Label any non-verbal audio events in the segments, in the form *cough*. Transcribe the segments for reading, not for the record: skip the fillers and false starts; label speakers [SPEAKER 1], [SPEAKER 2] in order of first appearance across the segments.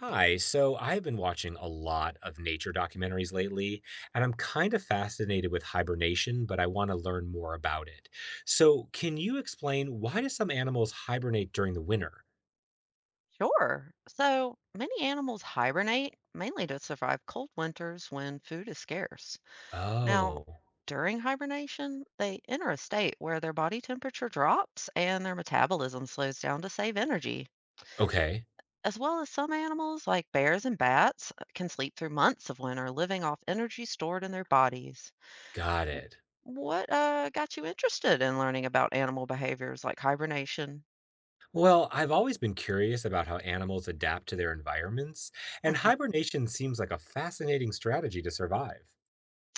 [SPEAKER 1] Hi. So I've been watching a lot of nature documentaries lately, and I'm kind of fascinated with hibernation, but I want to learn more about it. So, can you explain why do some animals hibernate during the winter?
[SPEAKER 2] Sure. So many animals hibernate mainly to survive cold winters when food is scarce. Now,
[SPEAKER 1] Oh,
[SPEAKER 2] during hibernation, they enter a state where their body temperature drops and their metabolism slows down to save energy.
[SPEAKER 1] okay.
[SPEAKER 2] As well as some animals, like bears and bats, can sleep through months of winter, living off energy stored in their bodies.
[SPEAKER 1] Got it.
[SPEAKER 2] What got you interested in learning about animal behaviors like hibernation?
[SPEAKER 1] Well, I've always been curious about how animals adapt to their environments, and
[SPEAKER 2] Hmm.
[SPEAKER 1] hibernation seems like a fascinating strategy to survive.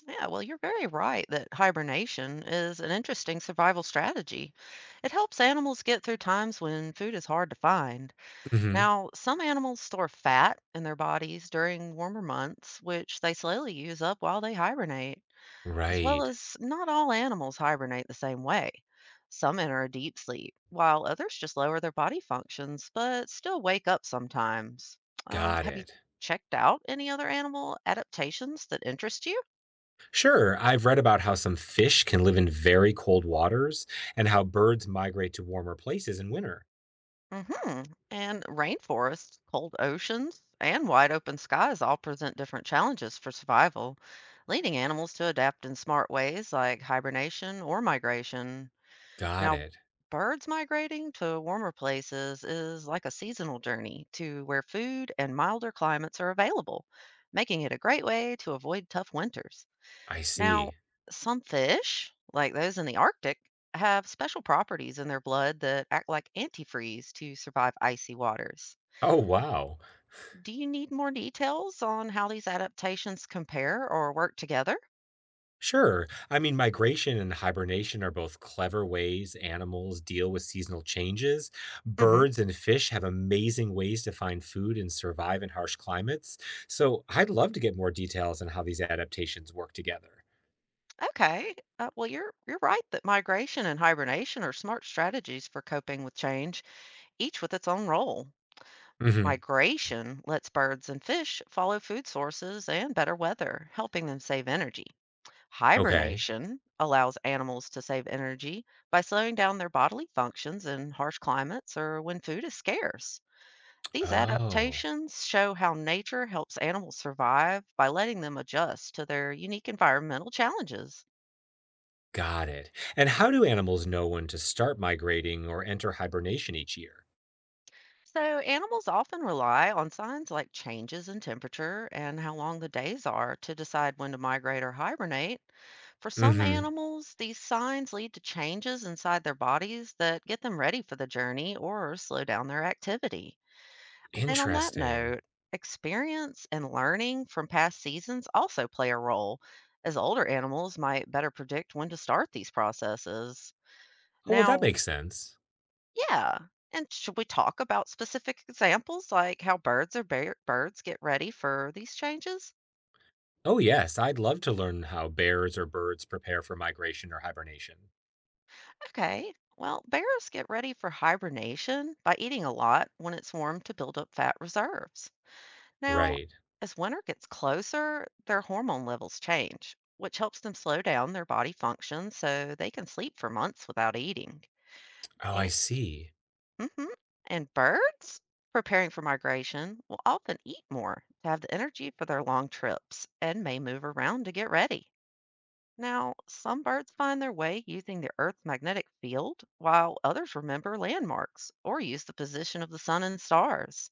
[SPEAKER 2] Yeah, well, you're very right that hibernation is an interesting survival strategy. It helps animals get through times when food is hard to find.
[SPEAKER 1] Hmm.
[SPEAKER 2] Now, some animals store fat in their bodies during warmer months, which they slowly use up while they hibernate, as well
[SPEAKER 1] Right.
[SPEAKER 2] as not all animals hibernate the same way. Some enter a deep sleep, while others just lower their body functions, but still wake up sometimes.
[SPEAKER 1] Got
[SPEAKER 2] Have you
[SPEAKER 1] it.
[SPEAKER 2] checked out any other animal adaptations that interest you?
[SPEAKER 1] Sure, I've read about how some fish can live in very cold waters and how birds migrate to warmer places in winter.
[SPEAKER 2] hmm And rainforests, cold oceans, and wide open skies all present different challenges for survival, leading animals to adapt in smart ways like hibernation or migration.
[SPEAKER 1] Got
[SPEAKER 2] Now,
[SPEAKER 1] it.
[SPEAKER 2] birds migrating to warmer places is like a seasonal journey to where food and milder climates are available, making it a great way to avoid tough winters.
[SPEAKER 1] I
[SPEAKER 2] Now,
[SPEAKER 1] see.
[SPEAKER 2] some fish, like those in the Arctic, have special properties in their blood that act like antifreeze to survive icy waters.
[SPEAKER 1] Oh, wow.
[SPEAKER 2] Do you need more details on how these adaptations compare or work together?
[SPEAKER 1] Sure. I mean, migration and hibernation are both clever ways animals deal with seasonal changes.
[SPEAKER 2] hmm
[SPEAKER 1] Birds and fish have amazing ways to find food and survive in harsh climates. So I'd love to get more details on how these adaptations work together.
[SPEAKER 2] Okay. Well, you're right that migration and hibernation are smart strategies for coping with change, each with its own role.
[SPEAKER 1] Hmm.
[SPEAKER 2] Migration lets birds and fish follow food sources and better weather, helping them save energy.
[SPEAKER 1] Okay.
[SPEAKER 2] Hibernation allows animals to save energy by slowing down their bodily functions in harsh climates or when food is scarce. These
[SPEAKER 1] Oh.
[SPEAKER 2] adaptations show how nature helps animals survive by letting them adjust to their unique environmental challenges.
[SPEAKER 1] Got it. And how do animals know when to start migrating or enter hibernation each year?
[SPEAKER 2] So, animals often rely on signs like changes in temperature and how long the days are to decide when to migrate or hibernate. For some
[SPEAKER 1] Hmm.
[SPEAKER 2] animals, these signs lead to changes inside their bodies that get them ready for the journey or slow down their activity. And on that
[SPEAKER 1] Interesting.
[SPEAKER 2] note, experience and learning from past seasons also play a role, as older animals might better predict when to start these processes.
[SPEAKER 1] Oh, well, that
[SPEAKER 2] Now,
[SPEAKER 1] makes sense.
[SPEAKER 2] yeah. And should we talk about specific examples like how birds or birds get ready for these changes?
[SPEAKER 1] Oh, yes, I'd love to learn how bears or birds prepare for migration or hibernation.
[SPEAKER 2] Okay. Well, bears get ready for hibernation by eating a lot when it's warm to build up fat reserves. Now,
[SPEAKER 1] Right.
[SPEAKER 2] as winter gets closer, their hormone levels change, which helps them slow down their body function so they can sleep for months without eating.
[SPEAKER 1] Oh, I see.
[SPEAKER 2] hmm And birds, preparing for migration, will often eat more to have the energy for their long trips and may move around to get ready. Now, some birds find their way using the Earth's magnetic field, while others remember landmarks or use the position of the sun and stars.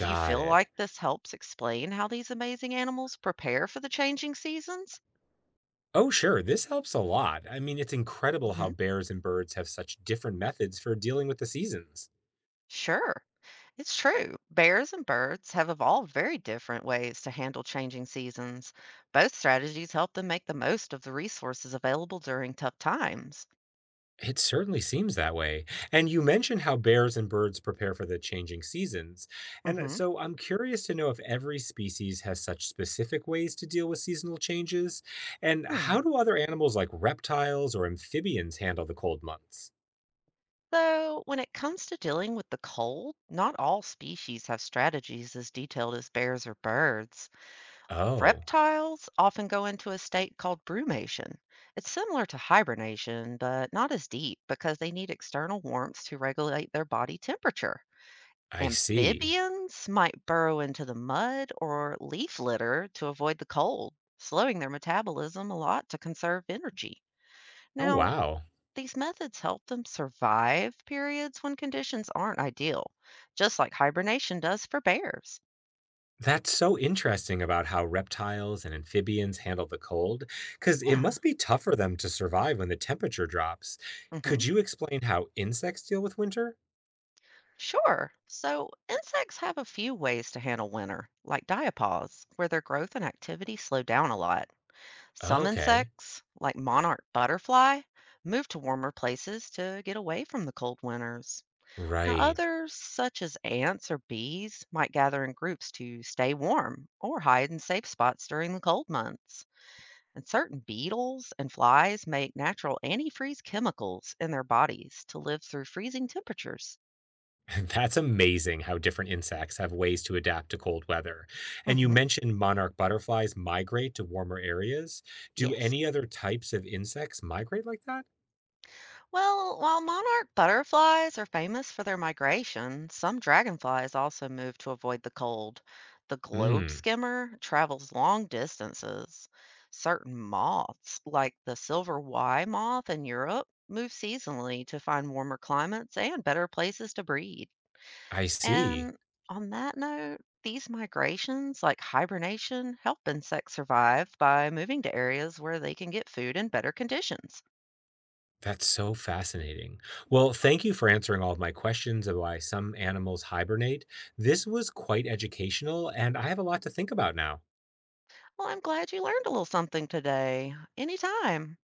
[SPEAKER 2] Do you feel
[SPEAKER 1] it.
[SPEAKER 2] like this helps explain how these amazing animals prepare for the changing seasons?
[SPEAKER 1] Oh, sure, this helps a lot. I mean, it's incredible how bears and birds have such different methods for dealing with the seasons.
[SPEAKER 2] Sure, it's true. Bears and birds have evolved very different ways to handle changing seasons. Both strategies help them make the most of the resources available during tough times.
[SPEAKER 1] It certainly seems that way. And you mentioned how bears and birds prepare for the changing seasons. And uh,
[SPEAKER 2] hmm
[SPEAKER 1] so I'm curious to know if every species has such specific ways to deal with seasonal changes. And
[SPEAKER 2] Hmm.
[SPEAKER 1] how do other animals like reptiles or amphibians handle the cold months?
[SPEAKER 2] So, when it comes to dealing with the cold, not all species have strategies as detailed as bears or birds.
[SPEAKER 1] Oh,
[SPEAKER 2] Reptiles often go into a state called brumation. It's similar to hibernation, but not as deep because they need external warmth to regulate their body temperature.
[SPEAKER 1] I see.
[SPEAKER 2] Amphibians might burrow into the mud or leaf litter to avoid the cold, slowing their metabolism a lot to conserve energy.
[SPEAKER 1] Oh,
[SPEAKER 2] Now,
[SPEAKER 1] wow.
[SPEAKER 2] these methods help them survive periods when conditions aren't ideal, just like hibernation does for bears.
[SPEAKER 1] That's so interesting about how reptiles and amphibians handle the cold, because it
[SPEAKER 2] Yeah.
[SPEAKER 1] must be tough for them to survive when the temperature drops.
[SPEAKER 2] hmm
[SPEAKER 1] Could you explain how insects deal with winter?
[SPEAKER 2] Sure. So insects have a few ways to handle winter, like diapause, where their growth and activity slow down a lot. Some
[SPEAKER 1] Okay.
[SPEAKER 2] insects, like monarch butterfly, move to warmer places to get away from the cold winters. Now,
[SPEAKER 1] Right.
[SPEAKER 2] others, such as ants or bees, might gather in groups to stay warm or hide in safe spots during the cold months. And certain beetles and flies make natural antifreeze chemicals in their bodies to live through freezing temperatures.
[SPEAKER 1] *laughs* That's amazing how different insects have ways to adapt to cold weather. And you
[SPEAKER 2] hmm
[SPEAKER 1] mentioned monarch butterflies migrate to warmer areas. Do
[SPEAKER 2] Yes.
[SPEAKER 1] any other types of insects migrate like that?
[SPEAKER 2] Well, while monarch butterflies are famous for their migration, some dragonflies also move to avoid the cold. The globe
[SPEAKER 1] Hmm.
[SPEAKER 2] skimmer travels long distances. Certain moths, like the silver Y moth in Europe, move seasonally to find warmer climates and better places to breed.
[SPEAKER 1] I see.
[SPEAKER 2] And on that note, these migrations, like hibernation, help insects survive by moving to areas where they can get food in better conditions.
[SPEAKER 1] That's so fascinating. Well, thank you for answering all of my questions of why some animals hibernate. This was quite educational, and I have a lot to think about now.
[SPEAKER 2] Well, I'm glad you learned a little something today. Anytime.